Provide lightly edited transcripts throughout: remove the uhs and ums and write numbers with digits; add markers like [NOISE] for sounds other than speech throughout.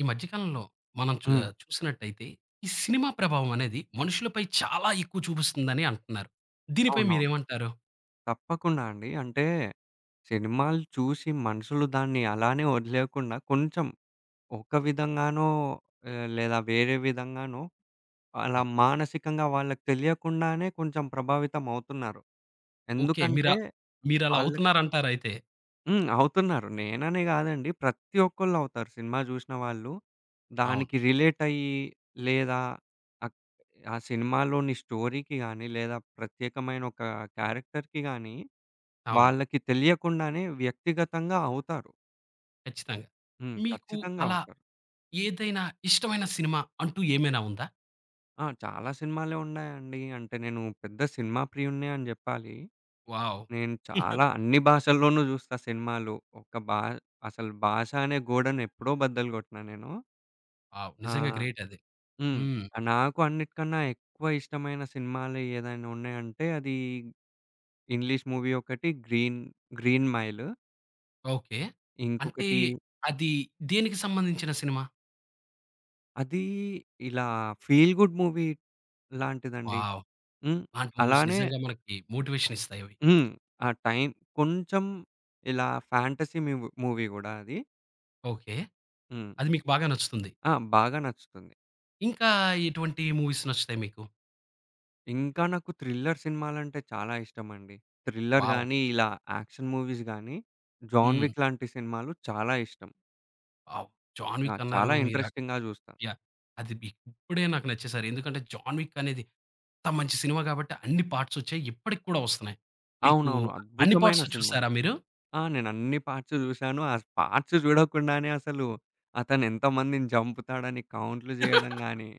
ఈ మధ్య కాలంలో మనం హ్మ్. చూసినట్టయితే ఈ సినిమా ప్రభావం అనేది మనుషులపై చాలా ఎక్కువ చూపిస్తుందని అంటున్నారు. దీనిపై అవునవును. మీరేమంటారు? తప్పకుండా అండి. అంటే సినిమాలు చూసి మనుషులు దాన్ని అలానే వదిలేయకుండా కొంచెం ఒక విధంగానో లేదా వేరే విధంగానో అలా అవ్ మానసికంగా వాళ్ళకి తెలియకుండానే కొంచెం ప్రభావితం అవుతున్నారు. ఓకే. ఎందుకంటే మీరలా వాళ్ళకి అవుతున్నారంటారయితే. హ్మ్. అవుతున్నారు. నేననే గాదండి. ప్రతి ఒక్కళ్ళు అవుతారు సినిమా జూషిన వాళ్ళు. అవును. దానికి రిలేట్ అయ్యి లేదా అక్ ఆ సినిమాలోని స్టోరీకి గాని లేదా ప్రత్యేకమైన ఒక క్యారెక్టర్‌కి గాని అవును. వాళ్ళకి తెలియకుండానే వ్యక్తిగతంగా అవుతారు. ఖచ్చితంగా. హ్మ్. మీకు ఖచ్చితంగా అలా అవుతారు. ఏదైనా ఇష్టమైన సినిమా అంటూ ఏమైనా ఉందా? ఆ! చాలా సినిమాలే ఉన్నాయండి. అంటే నేను పెద్ద సినిమా ప్రియుడినే అని జెప్పాలి. వావ్! నేను చాలా అన్ని భాషల్లోనూ జూస్తా సినిమాలు. ఒక భా అసలు భాష అనే గోడను ఎప్పుడో బద్దలు గొట్టినా నేను. వావ్! ఆ! నిజంగా గ్రేట్ అది. హ్మ్. హ్మ్. నాకు అన్నిటికన్నా ఎక్కువ ఇష్టమైన సినిమాలు ఏదైనా ఉన్నాయంటే అది ఇంగ్లీష్ మూవీ ఒకటి 'గ్రీన్ గ్రీన్ మైల్' ఓకే. అంటే ఇంకొకటి అది దేనికి సంబంధించిన సినిమా? అది ఇలా ఫీల్ గుడ్ మూవీ లాంటిదండి. వావ్! హ్మ్. అలాంటి మూవీస్ అలానే నిజంగా మనకి మోటివేషన్ ఇస్తాయవి. హ్మ్. ఆ టైం కొంచెం ఇలా ఫ్యాంటసీ మూవీ గూడా అది. ఓకే. హ్మ్. అది మీకు బాగా నచ్చుతుంది. ఆ! బాగా నచ్చుతుంది. ఇంకా ఎటువంటి మూవీస్ నచ్చుతాయి మీకు? ఇంకా నాకు థ్రిల్లర్ సినిమాలంటే చాలా ఇష్టమండి. Thriller wow! గాని, ఇలా యాక్షన్ మూవీస్ గాని, 'జాన్ హ్మ్. విక్' లాంటి సినిమాలు చాలా ఇష్టం. వావ్! 'జాన్ ఆ! విక్' అన్నారు చాలా మీరు. ఇంట్రెస్టింగ్‌గా జూస్తా. యాహ్! అది బి ఇప్పుడే నాకు నచ్చేసారు. ఎందుకంటే 'జాన్ విక్' అనేది అంత మంచి సినిమా కాబట్టి అన్ని పార్ట్స్ వచ్చాయి. ఇప్పటికి కూడా వస్తున్నాయి. మీకు అవునవును. అన్ని అద్భుతమైన పార్ట్స్ సినిమా. చూసారా మీరు? ఆ! నేనన్ని పార్ట్స్ జూశాను. ఆ పార్ట్స్ జూడకుండానే అసలు అతనెంతమందిని జంపుతాడని కౌంట్లు జేయడం గాని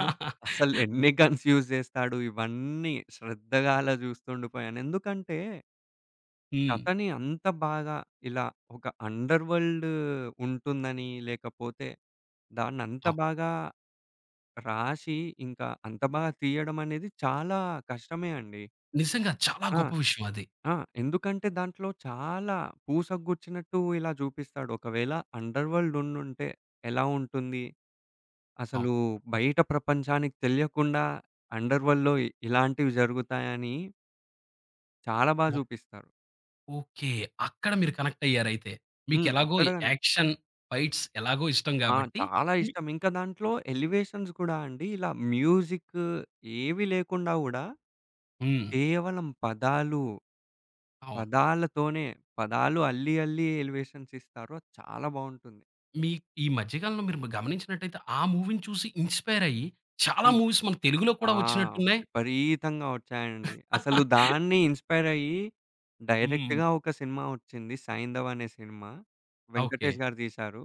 ఆ! అసలు ఎన్ని కన్‌ఫ్యూజ్ జేస్తాడు. ఇవన్నీ శ్రద్ధగా అలా చూస్తుండిపోయాను. ఎందుకంటే, హ్మ్. కథని అంత బాగా ఇలా ఒక అండర్ వరల్డ్ ఉంటుందని, లేకపోతే దాన్నంత అవు బాగా రాసి, ఇంకా అంత బాగా తీయడం అనేది చాలా కష్టమే అండి. నిజంగా చాలా ఆ! గొప్ప విషయం అది. ఆ! ఎందుకంటే దాంట్లో చాలా పూసకు గుచ్చినట్టు ఇలా చూపిస్తాడు. ఒకవేళ అండర్ వరల్డ్ ఉండుంటే ఎలా ఉంటుంది? అసలు అవును. బయట ప్రపంచానికి తెలియకుండా అండర్ వరల్డ్‌లో ఇలాంటివి జరుగుతాయని చాలా బా మొ చూపిస్తారు. ఓకే. అక్కడ మీరు కనెక్ట్ అయ్యారైతే. హ్మ్. మీకెలాగో అక్కడ గాని యాక్షన్, ఫైట్స్ ఎలాగో ఇష్టం ఆ! గాబట్టి చాలా మీ ఇష్టం. ఇంకా దాంట్లో ఎలివేషన్స్ కూడా అండి ఇలా మ్యూజిక్ ఏవి లేకుండా గూడా హ్మ్. కేవలం పదాలు, అవును. పదాలతోనే పదాలు అల్లి అల్లి ఎలివేషన్స్ ఇస్తారు. అది చాలా బావుంటుంది. మీ ఈ మధ్య కాలంలో మీరు గమనించినట్టయితే ఆ మూవీని చూసి ఇన్‌స్పైర్ అయ్యి చాలా హ్మ్. మూవీస్ మన తెలుగులో కూడా ఆ! వచ్చినట్టున్నాయి. విపరీతంగా వచ్చాయండి. అసలు దాన్ని ఇన్‌స్పైర్ అయ్యి హ్మ్. డైరెక్ట్‌గా ఒక సినిమా వచ్చింది 'సైంధవ్' అనే సినిమా. ఓకే. వెంకటేష్ గారు తీశారు.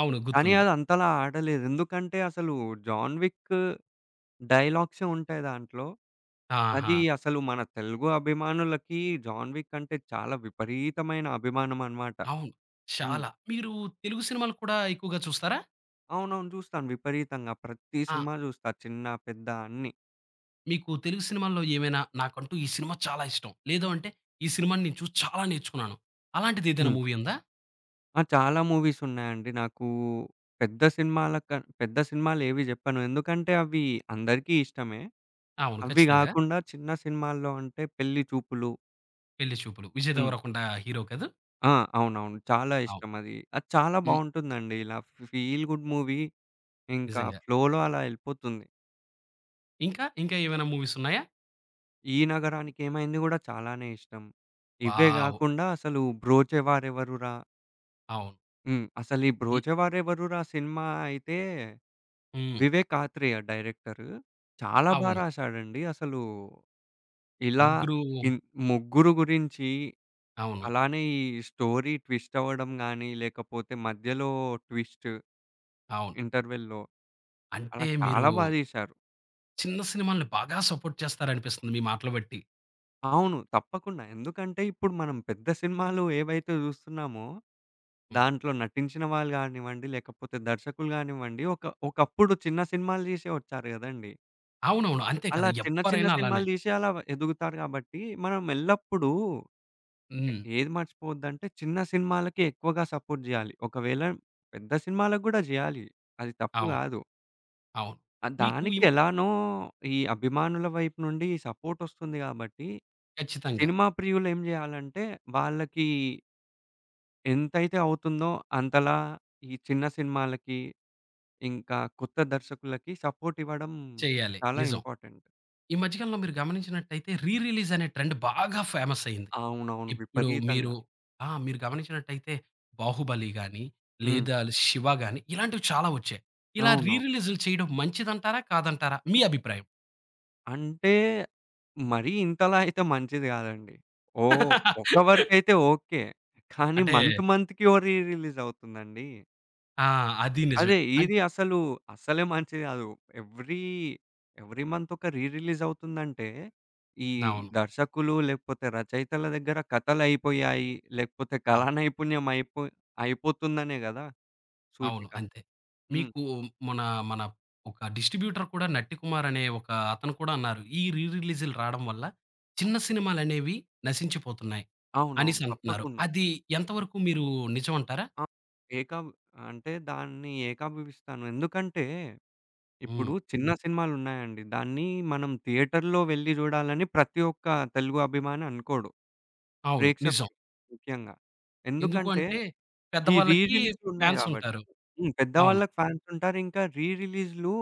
అవును. కానీ గుర్తుంది. అది అంతలా ఆడలేదు. ఎందుకంటే అసలు 'జాన్ విక్' డైలాగ్సే ఉంటాయి దాంట్లో. ఆహా! అది అసలు మన తెలుగు అభిమానులకి 'జాన్ విక్' అంటే చాలా విపరీతమైన అభిమానం అన్నమాట. అవును. హ్మ్. చాలా. మీరు తెలుగు సినిమాలు కూడా ఎక్కువగా చూస్తారా? అవునవును. చూస్తాను విపరీతంగా. ప్రతి ఆ! సినిమా చూస్తా. చిన్న, పెద్ద అన్నీ. మీకు తెలుగు సినిమాల్లో ఏమైనా నాకంటూ ఈ సినిమా చాలా ఇష్టం. లేదు అంటే ఈ సినిమాని నేను చూసి చాలా నేర్చుకున్నాను. అలాంటిది ఏదైనా హ్మ్. మూవీ ఉందా? ఆ! చాలా మూవీస్ ఉన్నాయండి. నాకు పెద్ద సినిమాల క పెద్ద సినిమాలేవి జెప్పను. ఎందుకంటే అవి అందరికీ ఇష్టమే. అవును. అవి ఖచ్చితంగా. గాకుండా చిన్న సినిమాల్లో అంటే పెళ్లి చూపులు. 'పెళ్లి చూపులు.' విజయ్ హ్మ్. దేవరకొండ హీరో కదూ! ఆ! అవునవును. చాలా ఇష్టం అవును. అది. అది చాలా హ్మ్. బావుంటుందండి. ఇలా ఫీల్ గుడ్ మూవీ ఇంకా నిజంగా. ఫ్లోలో అలా ఎళ్ళిపోతుంది. ఇంకా, ఇంకా ఏమైనా మూవీస్ ఉన్నాయా? 'ఈ నగరానికి ఏమైంది' గూడా చాలానే ఇష్టం. ఇవే వావ్! గాకుండా అసలు 'బ్రోచేవారెవరురా' అవును. హ్మ్. అసలు ఈ ఈ 'బ్రోచేవారెవరురా' సినిమా అయితే హ్మ్. వివేక్ ఆత్రేయ డైరెక్టరు. చాలా బా అవును. రాశాడండి. అసలు ఇలా ముగ్గురు ఇన్ ముగ్గురు గురించి అవును. అలానే ఈ స్టోరీ ట్విస్ట్ అవ్వడం గాని, లేకపోతే మధ్యలో ట్విస్ట్ అవును. ఇంటర్వెల్‌లో అలా అంటే మీరు చాలా బా తీశారు. చిన్న సినిమాల్ని బాగా సపోర్ట్ చేస్తారనిపిస్తుంది మీ మాటలు బట్టి. అవును. తప్పకుండా. ఎందుకంటే ఇప్పుడు మనం పెద్ద సినిమాలు ఏవైతే చూస్తున్నామో, హ్మ్. దాంట్లో నటించిన వాళ్ళు గానివ్వండి, లేకపోతే దర్శకులు గానివ్వండి, ఒకప్పుడు చిన్న సినిమాలు తీసే వచ్చారు గదండీ! అవునవును. అంతే అలా కదా! చిన్న చిన్న ఎవ్వరైనా అలానే. సినిమాలు తీసి అలా ఎదుగుతారు కాబట్టి, మనం ఎల్లప్పుడూ హ్మ్. ఏది మర్చిపోవద్దంటే చిన్న సినిమాలకి ఎక్కువగా సపోర్ట్ జేయాలి. ఒకవేళ పెద్ద సినిమాలకు గూడా జేయాలి. అది తప్పు అవును. గాదు. అవును. మీకు ఈ దానికి ఎలానో ఈ అభిమానుల వైపు నుండి సపోర్ట్ ఒస్తుంది గాబట్టి, ఖచ్చితంగా. సినిమా ప్రియులు ఏం జేయాలంటే వాళ్ళకి ఎంతైతే అవుతుందో అంతలా ఈ చిన్న సినిమాలకి, ఇంకా కొత్త దర్శకులకి సపోర్ట్ ఇవ్వడం చేయాలి. చాలా నిజం. ఇంపార్టెంట్. ఈ మధ్య కాలంలో మీరు గమనించినట్టయితే రీ రిలీజ్ అనే ట్రెండ్ బాగా ఫేమస్ అయింది. అవునవును. ఇప్పుడు మీరు విపరీతంగా. ఆ! మీరు గమనించినట్టయితే 'బాహుబలి' గాని, హ్మ్. లేదా 'శివ' గాని ఇలాంటివి చాలా వచ్చాయి. ఇలా రీ అవునవును. రిలీజ్‌లు చేయడం మంచిదంటారా? కాదంటారా? మీ అభిప్రాయం? అంటే, మరీ ఇంతలా అయితే మంచిది గాదండి. ఓహ్! ఒక వరకైతే ఓకే. కానీ అంటే మంత్‌కి ఓ రీ రిలీజ్ అవుతుందండి. ఆ! అది అదే నిజమే. ఇది అసలు, అస్సలే మంచిది గాదు. ఎవ్రీ, ఎవ్రీ మంత్ ఒక రీ రిలీజ్ అవుతుందంటే, ఈ అవును. దర్శకులు లేకపోతే రచయితల దగ్గర కథలయిపోయాయి, లేకపోతే అవు కళా నైపుణ్యం అయిపోతుందనే గదా! అవును. సూచిక. అంతే. హ్మ్. మీకు మన, మన ఒక డిస్ట్రిబ్యూటర్ కూడా 'నట్టి కుమార్' అనే ఒక అతను కూడా అన్నారు. ఈ రీ రిలీజ్‌లు రావడం వల్ల చిన్న సినిమాలనేవి నశించిపోతున్నాయి అవునవును. అనేసి అంటున్నారు. తప్పకుండా. అది ఎంతవరకు మీరు నిజం అంటారా? ఆ! ఏకాబ్ అంటే దాన్ని ఏకాభివిస్తాను. ఎందుకంటే ఇప్పుడు హ్మ్. చిన్న సినిమాలున్నాయండి. దాన్ని మనం థియేటర్‌లో వెళ్లి జూడాలని ప్రతి ఒక్క తెలుగు అభిమాని అనుకోడు. అవును. నిజం. ప్రేక్షకుడు ముఖ్యంగా. ఎందుకు ఎందుకంటే అంటే ఈ రీ పెద్దవాళ్ళకి రిలీజ్‌లున్నాయి ఫాన్స్ గాబట్టి. ఉంటారు. హ్మ్. అవును. పెద్దవాళ్ళకి ఫ్యాన్సుంటారు. ఇంకా రీ రిలీజ్‌లు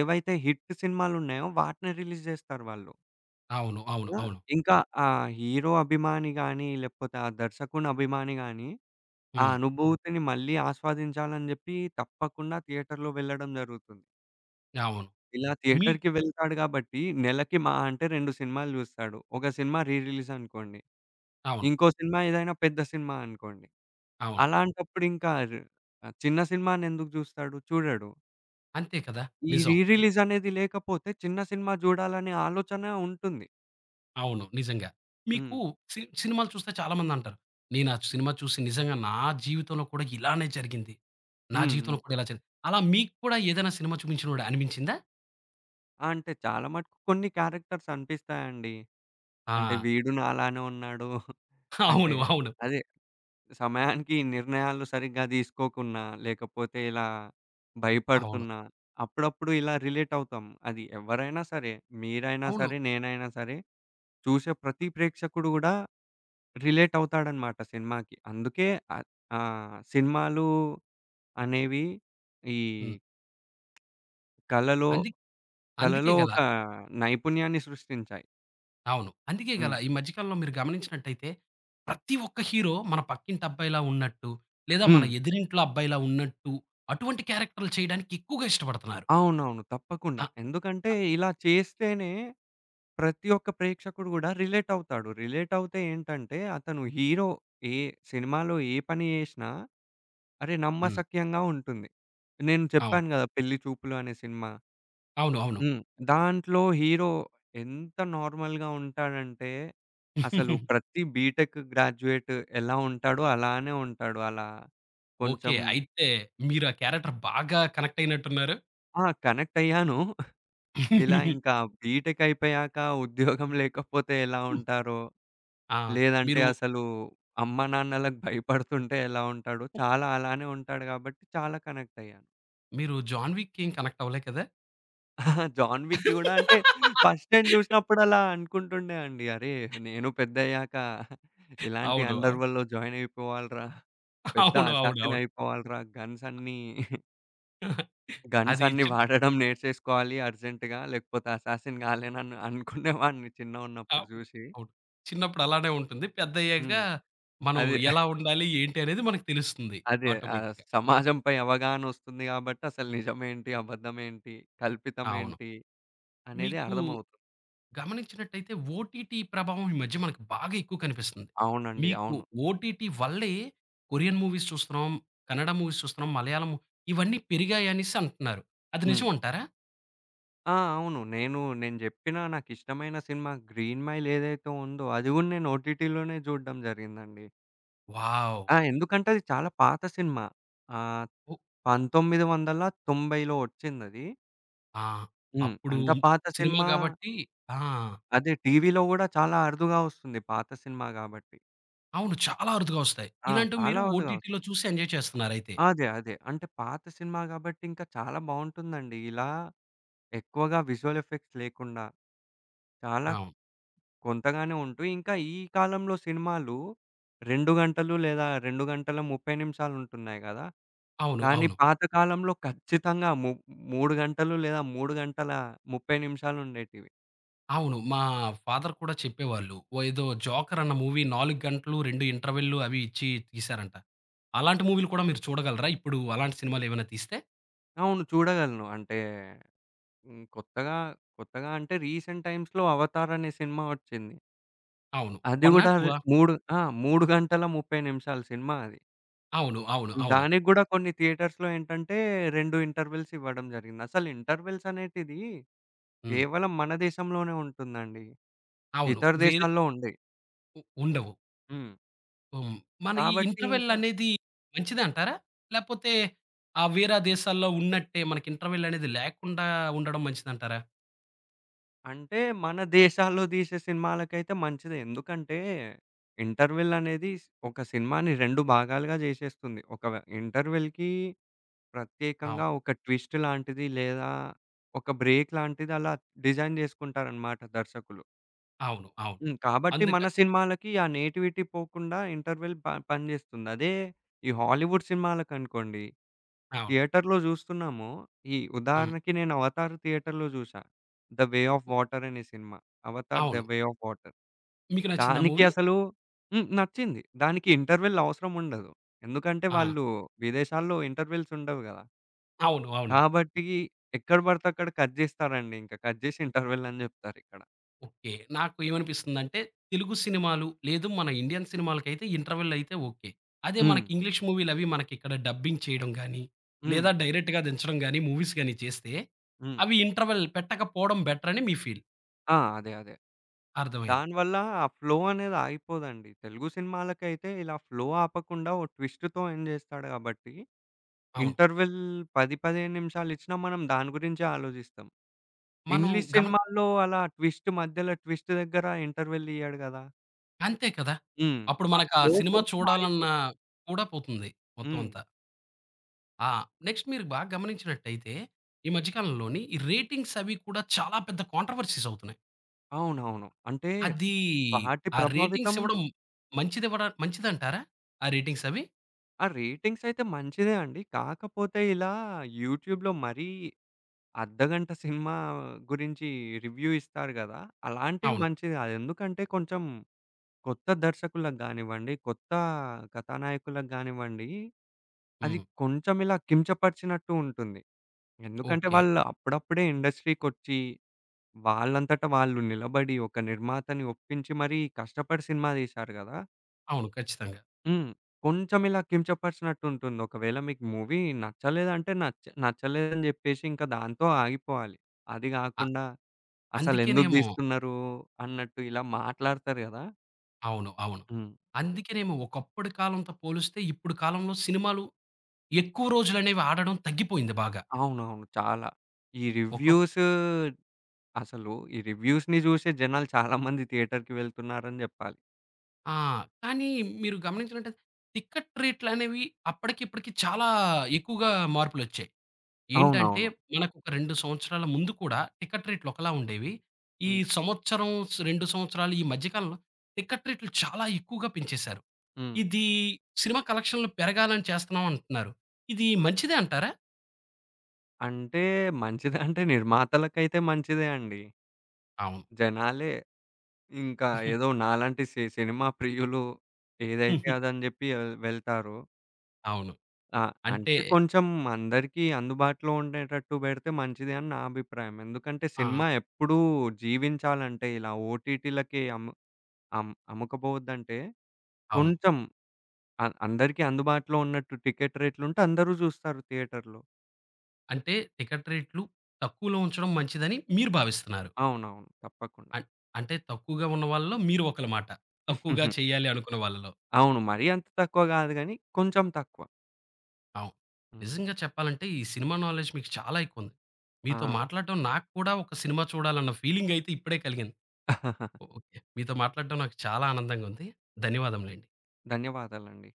ఏవైతే హిట్ సినిమాలున్నాయో వాటిని రిలీజ్ జేస్తారు వాళ్ళు. అవును. అవును. ఆ! అవును. ఇంకా ఆ హీరో అభిమాని గాని, లేకపోతే ఆ దర్శకుని అభిమాని గాని, ఆ హ్మ్. అనుభూతిని మళ్ళీ ఆస్వాదించాలని జెప్పి తప్పకుండా థియేటర్‌లో వెళ్ళడం జరుగుతుంది. అవును. ఇలా మీ థియేటర్‌కి వెళ్తాడు గాబట్టి, నెలకి మహా అంటే 2 సినిమాలు జూస్తాడు. ఒక సినిమా రీ రిలీజ్ అనుకోండి. అవును. ఇంకో సినిమా ఏదైనా పెద్ద సినిమా అనుకోండి. అవును. అలాంటప్పుడు చిన్న సినిమానెందుకు జూస్తాడు? చూడడు. అంతే కదా! ఈ రీ నిజం. రిలీజ్ అనేది లేకపోతే చిన్న సినిమా జూడాలనే ఆలోచన ఉంటుంది. అవును. నిజంగా. హ్మ్. మీకు సి సినిమాలు చూస్తే చాలామందంటారు. నేను ఆ హ్మ్. సినిమా చూసి నిజంగా నా జీవితంలో కూడా ఇలానే జరిగింది. నా హ్మ్. హ్మ్. జీవితంలో కూడా ఇలా జరిగింది. అలా మీకు కూడా ఏదైనా సినిమా చూపించినోడు అనిపించిందా? ఆ! అంటే చాలా మటుకు కొన్ని క్యారెక్టర్స్ అనిపిస్తాయండి. ఆ! అంటే వీడు నాలానే ఉన్నాడు. అంటే అవును. అవును. అదే సమయానికి నిర్ణయాలు సరిగ్గా తీసుకోకున్నా, లేకపోతే ఇలా అవును. భయపడుతున్నా, అప్పుడప్పుడు ఇలా రిలేట్ అవుతాం. అది ఎవరైనా సరే, మీరైనా అవును. సరే, నేనైనా సరే, చూసే ప్రతి ప్రేక్షకుడు గూడా రిలేట్ అవుతాడనమాట సినిమాకి. అందుకే అద్ సినిమాలు అనేవి ఈ హ్మ్. కళలో, అంది అందుకే కళలో ఒక గలా నైపుణ్యాన్ని సృష్టించాయి. అవును. అందుకే హ్మ్. గలా ఈ మధ్య కాలంలో మీరు గమనించినట్టయితే ప్రతి ఒక్క హీరో మన పక్కింటి అబ్బాయిలా ఉన్నట్టు, లేదా మన హ్మ్. ఎదిరింట్లో అబ్బాయిలా ఉన్నట్టు అటువంటి క్యారెక్టర్‌లు చేయడానికి ఎక్కువగా ఇష్టపడుతున్నారు. అవునవును. తప్పకుండా. ఆ! ఎందుకంటే ఇలా చేస్తేనే ప్రతి ఒక్క ప్రేక్షకుడు గూడా రిలేట్ అవుతాడు. రిలేట్ అవుతే ఏంటంటే, అతను హీరో ఏ సినిమాలో ఏ పని జేసినా, అరే! హ్మ్. నమ్మశక్యంగా ఉంటుంది. నేను అవును. చెప్పాను గదా! 'పెళ్లి చూపులు' అనే సినిమా. అవును. అవును. హ్మ్. దాంట్లో హీరో ఎంత నార్మల్‌గా ఉంటాడంటే, అసలు [LAUGHS] ప్రతి బీటెక్ గ్రాడ్యుయేట్ ఎలా ఉంటాడో అలానే ఉంటాడు. అలా ఓకే. కొంచెం అయితే మీరు ఆ క్యారెక్టర్ బాగా కనెక్ట్ అయినట్టున్నారు. ఆ! కనెక్ట్ అయ్యాను. ఇలా ఇంకా బీటెక్ అయిపోయాక ఉద్యోగం లేకపోతే ఎలా ఉంటారో ఆ! లేదంటే మీరు, అసలు అమ్మానాన్నలకు భయపడుతుంటే ఎలా ఉంటాడో, చాలా అలానే ఉంటాడు గాబట్టి చాలా కనెక్ట్ అయ్యాను. మీరు 'జాన్ విక్‌కి' ఏం కనెక్ట్ అవ్వలే కదా? [LAUGHS] 'జాన్ విక్‌కి' గూడా అంటే ఫస్ట్ నేను జూసినప్పుడు అలా అనుకుంటుండే అండి. అరే! నేను పెద్దయ్యాక ఇలాంటి అవును. అవును. అండర్‌వరల్డ్‌లో జాయిన్ అయిపోవాలిరా. పెద్ద అవును. అవును. అసాసిన్ అవును. అయిపోవాలిరా. గన్స్ అది అన్నీ చిన్ వాడడం నేర్చేసుకోవాలి అర్జెంట్‌గా లేకపోతే అసాసిన్ గాలేనని అనుకునేవాడిని చిన్నగున్నప్పుడు అవును. జూసి. అవును. చిన్నప్పుడు అలానే ఉంటుంది. పెద్దయ్యాక హ్మ్. మనం అదే ఎలా ఉండాలి, ఏంటి అనేది మనకు తెలుస్తుంది అదే. ఆటోమేటిక్‌గా. సమాజంపై అవగాహనొస్తుంది గాబట్టి అసలు నిజమేంటి? అబద్ధమేంటి? అవును. కల్పితమేంటి? అనేది మీకు అర్థమవుతుంది. గమనించినట్టయితే ఓటీటీ ప్రభావం ఈ మధ్య మనకు బాగా ఎక్కువ కనిపిస్తుంది. అవునండి. మీకు అవును. ఓటీటీ వల్లే కొరియన్ మూవీస్ చూస్తున్నాం, కన్నడ మూవీస్ చూస్తున్నాం, ఇవన్నీ పెరిగాయనేసి అంటున్నారు. అది హ్మ్. నిజమంటారా? ఆ! అవును. నేను నేను జెప్పిన నాకిష్టమైన సినిమా 'గ్రీన్ మైల్' ఏదైతే ఉందో అది గూడా నేను ఓటీటీలోనే జూడడం జరిగిందండి. వావ్! ఆ! ఎందుకంటే అది చాలా పాత సినిమా. ఆహ్, ఓ 1990లో ఒచ్చిందది. ఆ! హ్మ్. అప్పుడు అంత పాత సినిమా సినిమా గాబట్టి ఆ! అదే టీవీలో గూడా చాలా అరుదుగా ఒస్తుంది. పాత సినిమా గాబట్టి. అవును. చాలా అరుదుగా ఒస్తాయి. ఆ! ఇలాంటివి చాలా మీరు అరుదుగా ఓటీటీలో ఒస్తుంది. చూసి ఎంజాయ్ చేస్తున్నారయితే. అదే. అదే. అంటే పాత సినిమా గాబట్టి ఇంకా చాలా బావుంటుందండి. ఇలా ఎక్కువగా విజువల్ ఎఫెక్ట్స్ లేకుండా చాలా అవును. కొంతగానే ఉంటూ, ఇంకా ఈ కాలంలో సినిమాలు 2 గంటలు లేదా 2 గంటల 30 నిమిషాలు ఉంటున్నాయి గదా! అవును. కానీ అవును. పాత కాలంలో ఖచ్చితంగా 3 గంటలు లేదా 3 గంటల 30 నిమిషాలు ఉండేటివి. అవును. మా ఫాదర్ కూడా చెప్పేవాళ్ళు. ఓ ఏదో 'జోకర్' అన్న మూవీ 4 గంటలు 2 ఇంటర్వెల్‌లు అవి ఇచ్చి తీశారంట. అలాంటి మూవీలు కూడా మీరు చూడగలరా? ఇప్పుడు అలాంటి సినిమాలేమైనా తీస్తే? అవును. చూడగలను. అంటే హ్మ్. కొత్తగా, కొత్తగా అంటే రీసెంట్ టైమ్స్‌లో 'అవతార్' అనే సినిమా వచ్చింది. అవును. అది 1ఆ? గూడా 2ఆ? 3 ఆ! 3 గంటల 30 నిమిషాల సినిమా అది. అవును. అవును. అవును. దానికి గూడా కొన్ని థియేటర్స్‌లో ఏంటంటే 2 ఇంటర్వెల్స్ ఇవ్వడం జరిగింది. అసలు ఇంటర్వెల్స్ అనేటిది హ్మ్. కేవలం మన దేశంలోనే ఉంటుందండి. అవును. ఇతర వేరే దేశాల్లో ఉండయి. ఉండవు. హ్మ్. హ్మ్. మన ఈ కాబట్టి ఇంటర్వెల్ ఇంకా అనేది మంచిదే అంటారా? లేపోతే ఆ వేరే దేశాల్లో ఉన్నట్టే మనకి ఇంటర్వెల్ అనేది లేకుండా ఉండడం మంచిదంటారా? అంటే మన దేశాల్లో తీసే సినిమాలకైతే మంచిదే. ఎందుకంటే ఇంటర్వెల్ అనేది ఒక సినిమాని 2 భాగాలుగా జేసేస్తుంది. ఒక ఇంటర్వెల్‌కి ప్రత్యేకంగా అవును. ఒక ట్విస్ట్ లాంటిది లేదా ఒక బ్రేక్ లాంటిది అలా డిజైన్ జేసుకుంటారనమాట దర్శకులు. అవును. అవును. హ్మ్. కాబట్టి అందుక మన సినిమాలకి ఆ నేటివిటీ పోకుండా ఇంటర్వెల్ పనిచేస్తుంది. అదే ఈ హాలీవుడ్ సినిమాలకనుకోండి, అవును. థియేటర్‌లో చూస్తున్నాము. ఈ హ్మ్. ఉదాహరణకి నేను 'అవతార్' థియేటర్‌లో చూశా. 'ద వే ఆఫ్ వాటర్' అనే సినిమా. 'అవతార్ ద అవును. Way of water.' మీకు నచ్చిందా దానికి మూవీ? అసలు హ్మ్. నచ్చింది. దానికి ఇంటర్వెల్ అవసరం ఉండదు. ఎందుకంటే ఆ! వాళ్ళు విదేశాల్లో ఇంటర్వెల్స్ ఉండవు గదా! అవును. అవును. కాబట్టి ఎక్కడ పడితే అక్కడ కట్ జేస్తారండి. ఇంక కట్ జేసి ఇంటర్వెల్ అని జెప్తారిక్కడ. ఓకే. నాకు ఏమనిపిస్తుందంటే, తెలుగు సినిమాలు లేదు మన ఇండియన్ సినిమాలకైతే ఇంటర్వెల్ అయితే ఓకే. అదే హ్మ్. మనకి ఇంగ్లీష్ మూవీలవి మనకిక్కడ డబ్బింగ్ చేయడం గానీ, హ్మ్. లేదా డైరెక్ట్‌గా దించడం గానీ, మూవీస్ గానీ చేస్తే, హ్మ్. అవి ఇంటర్వెల్ పెట్టకపోవడం బెటర్ అని మీ ఫీల్. ఆ! అదే. అదే. అర్థమైంది. దానివల్ల ఆ ఫ్లో అనేది ఆగిపోదండి. తెలుగు సినిమాలకైతే ఇలా ఫ్లో ఆపకుండా ఓ ట్విస్ట్‌తో ఎండ్ చేస్తాడు కాబట్టి, అవును. ఇంటర్వెల్ 10, 15 నిమిషాలిచ్చినా మనం దాని గురించే ఆలోచిస్తాం. మనం ఇంగ్లీష్ గమని సినిమాల్లో అలా ట్విస్ట్ మధ్యలో ట్విస్ట్ దగ్గర ఇంటర్వెల్ ఇయ్యడు గదా! అంతే కదా! హ్మ్. అప్పుడు ఆ మనకా ఫ్లో సినిమా కొంచెం చూడాలన్న ఆగిపోద్ది. కూడా పోతుంది మొత్తం హ్మ్. అంతా. ఆ! నెక్స్ట్ మీరు బాగా గమనించినట్టయితే, ఈ మధ్య కాలంలోని ఈ రేటింగ్స్ అవి కూడా చాలా పెద్ద కాంట్రోవర్సీస్ అవుతున్నాయి. అవునవును. అంటే అది వాటి ఆ రేటింగ్స్ ప్రభావితం ఇవ్వడం మంచిదివ్వడా మంచిదంటారా? ఆ రేటింగ్స్ అవి? ఆ రేటింగ్స్ అయితే మంచిదే అండి. కాకపోతే ఇలా యూట్యూబ్‌లో మరీ అర్ధగంట సినిమా గురించి రివ్యూ ఇస్తారు గదా! అలాంటివి అవును. మంచిది గాదు. ఎందుకంటే కొంచెం కొత్త దర్శకులకు గానివ్వండి, కొత్త కథానాయకులకు గానివ్వండి, అది హ్మ్. కొంచెం ఇలా కించపరిచినట్టు ఉంటుంది. ఎందుకంటే ఓకే. వాళ్ళు అప్పుడప్పుడే ఇండస్ట్రీకొచ్చి వాళ్ళంతట వాళ్ళు నిలబడి ఒక నిర్మాతని ఒప్పించి మరీ కష్టపడి సినిమా తీశారు గదా! అవును. ఖచ్చితంగా. హ్మ్. కొంచెం ఇలా కించపరిచినట్టుంటుంది. ఒకవేళ మీకు మూవీ నచ్చలేదంటే నచ్చలేదని జెప్పేసి ఇంకా దాంతో ఆగిపోవాలి. అది అ గాకుండా అసలెందుకు అందుకేనేమో దీస్తున్నారు అన్నట్టు ఇలా మాట్లాడతారు గదా! అవును. అవును. హ్మ్. అందుకేనేమో ఒకప్పటి కాలంతో పోలిస్తే ఇప్పుడు కాలంలో సినిమాలు ఎక్కువ రోజులనేవి ఆడడం తగ్గిపోయింది బాగా. అవునవును. చాలా. ఈ ఒక రివ్యూస్ అసలు ఈ రివ్యూస్‌ని జూసే జనాలు చాలా మంది థియేటర్‌కి వెళ్తున్నారని జెప్పాలి. ఆ! కానీ మీరు గమనించినట్టయితే టికెట్ రేట్లనేవి అప్పటికి ఇప్పటికి చాలా ఎక్కువగా మార్పులొచ్చాయి. ఏంటంటే, అవునవును. మనకొక 2 సంవత్సరాల ముందు కూడా టికెట్ రేట్లు ఒకలా ఉండేవి. ఈ హ్మ్. సంవత్సరం, 2 సంవత్సరాలు ఈ మధ్య కాలంలో టికెట్ రేట్లు చాలా ఎక్కువగా పెంచేశారు. హ్మ్. ఇది సినిమా కలెక్షన్‌లు పెరగాలని చేస్తున్నాం అంటున్నారు. ఇది మంచిదే అంటారా? అంటే మంచిదంటే నిర్మాతలకైతే మంచిదే అండి. అవును. జనాలే ఇంకా ఏదో నాలాంటి సినిమా ప్రియులు ఏదైతే [LAUGHS] అదని జెప్పి వెళ్తారో అవును. ఆ! అంటే అంటే కొంచెం అందరికీ అందుబాటులో ఉండేటట్టు బెడితే మంచిదే అని నా అభిప్రాయం. ఎందుకంటే ఆ! సినిమా ఎప్పుడూ జీవించాలంటే ఇలా ఓటీటీలకి అమ్ముకపోవద్దంటే అవును. కొంచెం అందరికీ అందుబాటులో ఉన్నట్టు టికెట్ రేట్లుంటే అందరూ జూస్తారు థియేటర్‌లో. అంటే టికెట్ రేట్లు తక్కువలో ఉంచడం మంచిదని మీరు భావిస్తున్నారు. అవునవును. తప్పకుండా. అన్ అంటే తక్కువగా ఉన్న వాళ్ళలో మీరు ఒకల మాట. తక్కువగా చేయాలి అనుకున్న వాళ్ళలో. అవును. మరీ అంత తక్కువ గాదు గానీ కొంచెం తక్కువ. అవును. హ్మ్. నిజంగా చెప్పాలంటే ఈ సినిమా నాలెడ్జ్ మీకు చాలా ఎక్కువుంది. మీతో ఆ! మాట్లాడటం నాకు కూడా ఒక సినిమా చూడాలన్న ఫీలింగయితే ఇప్పుడే కలిగింది. [LAUGHS] ఓకే. మీతో మాట్లాడటం నాకు చాలా ఆనందంగా ఉంది. ధన్యవాదములండి. ధన్యవాదాలండి.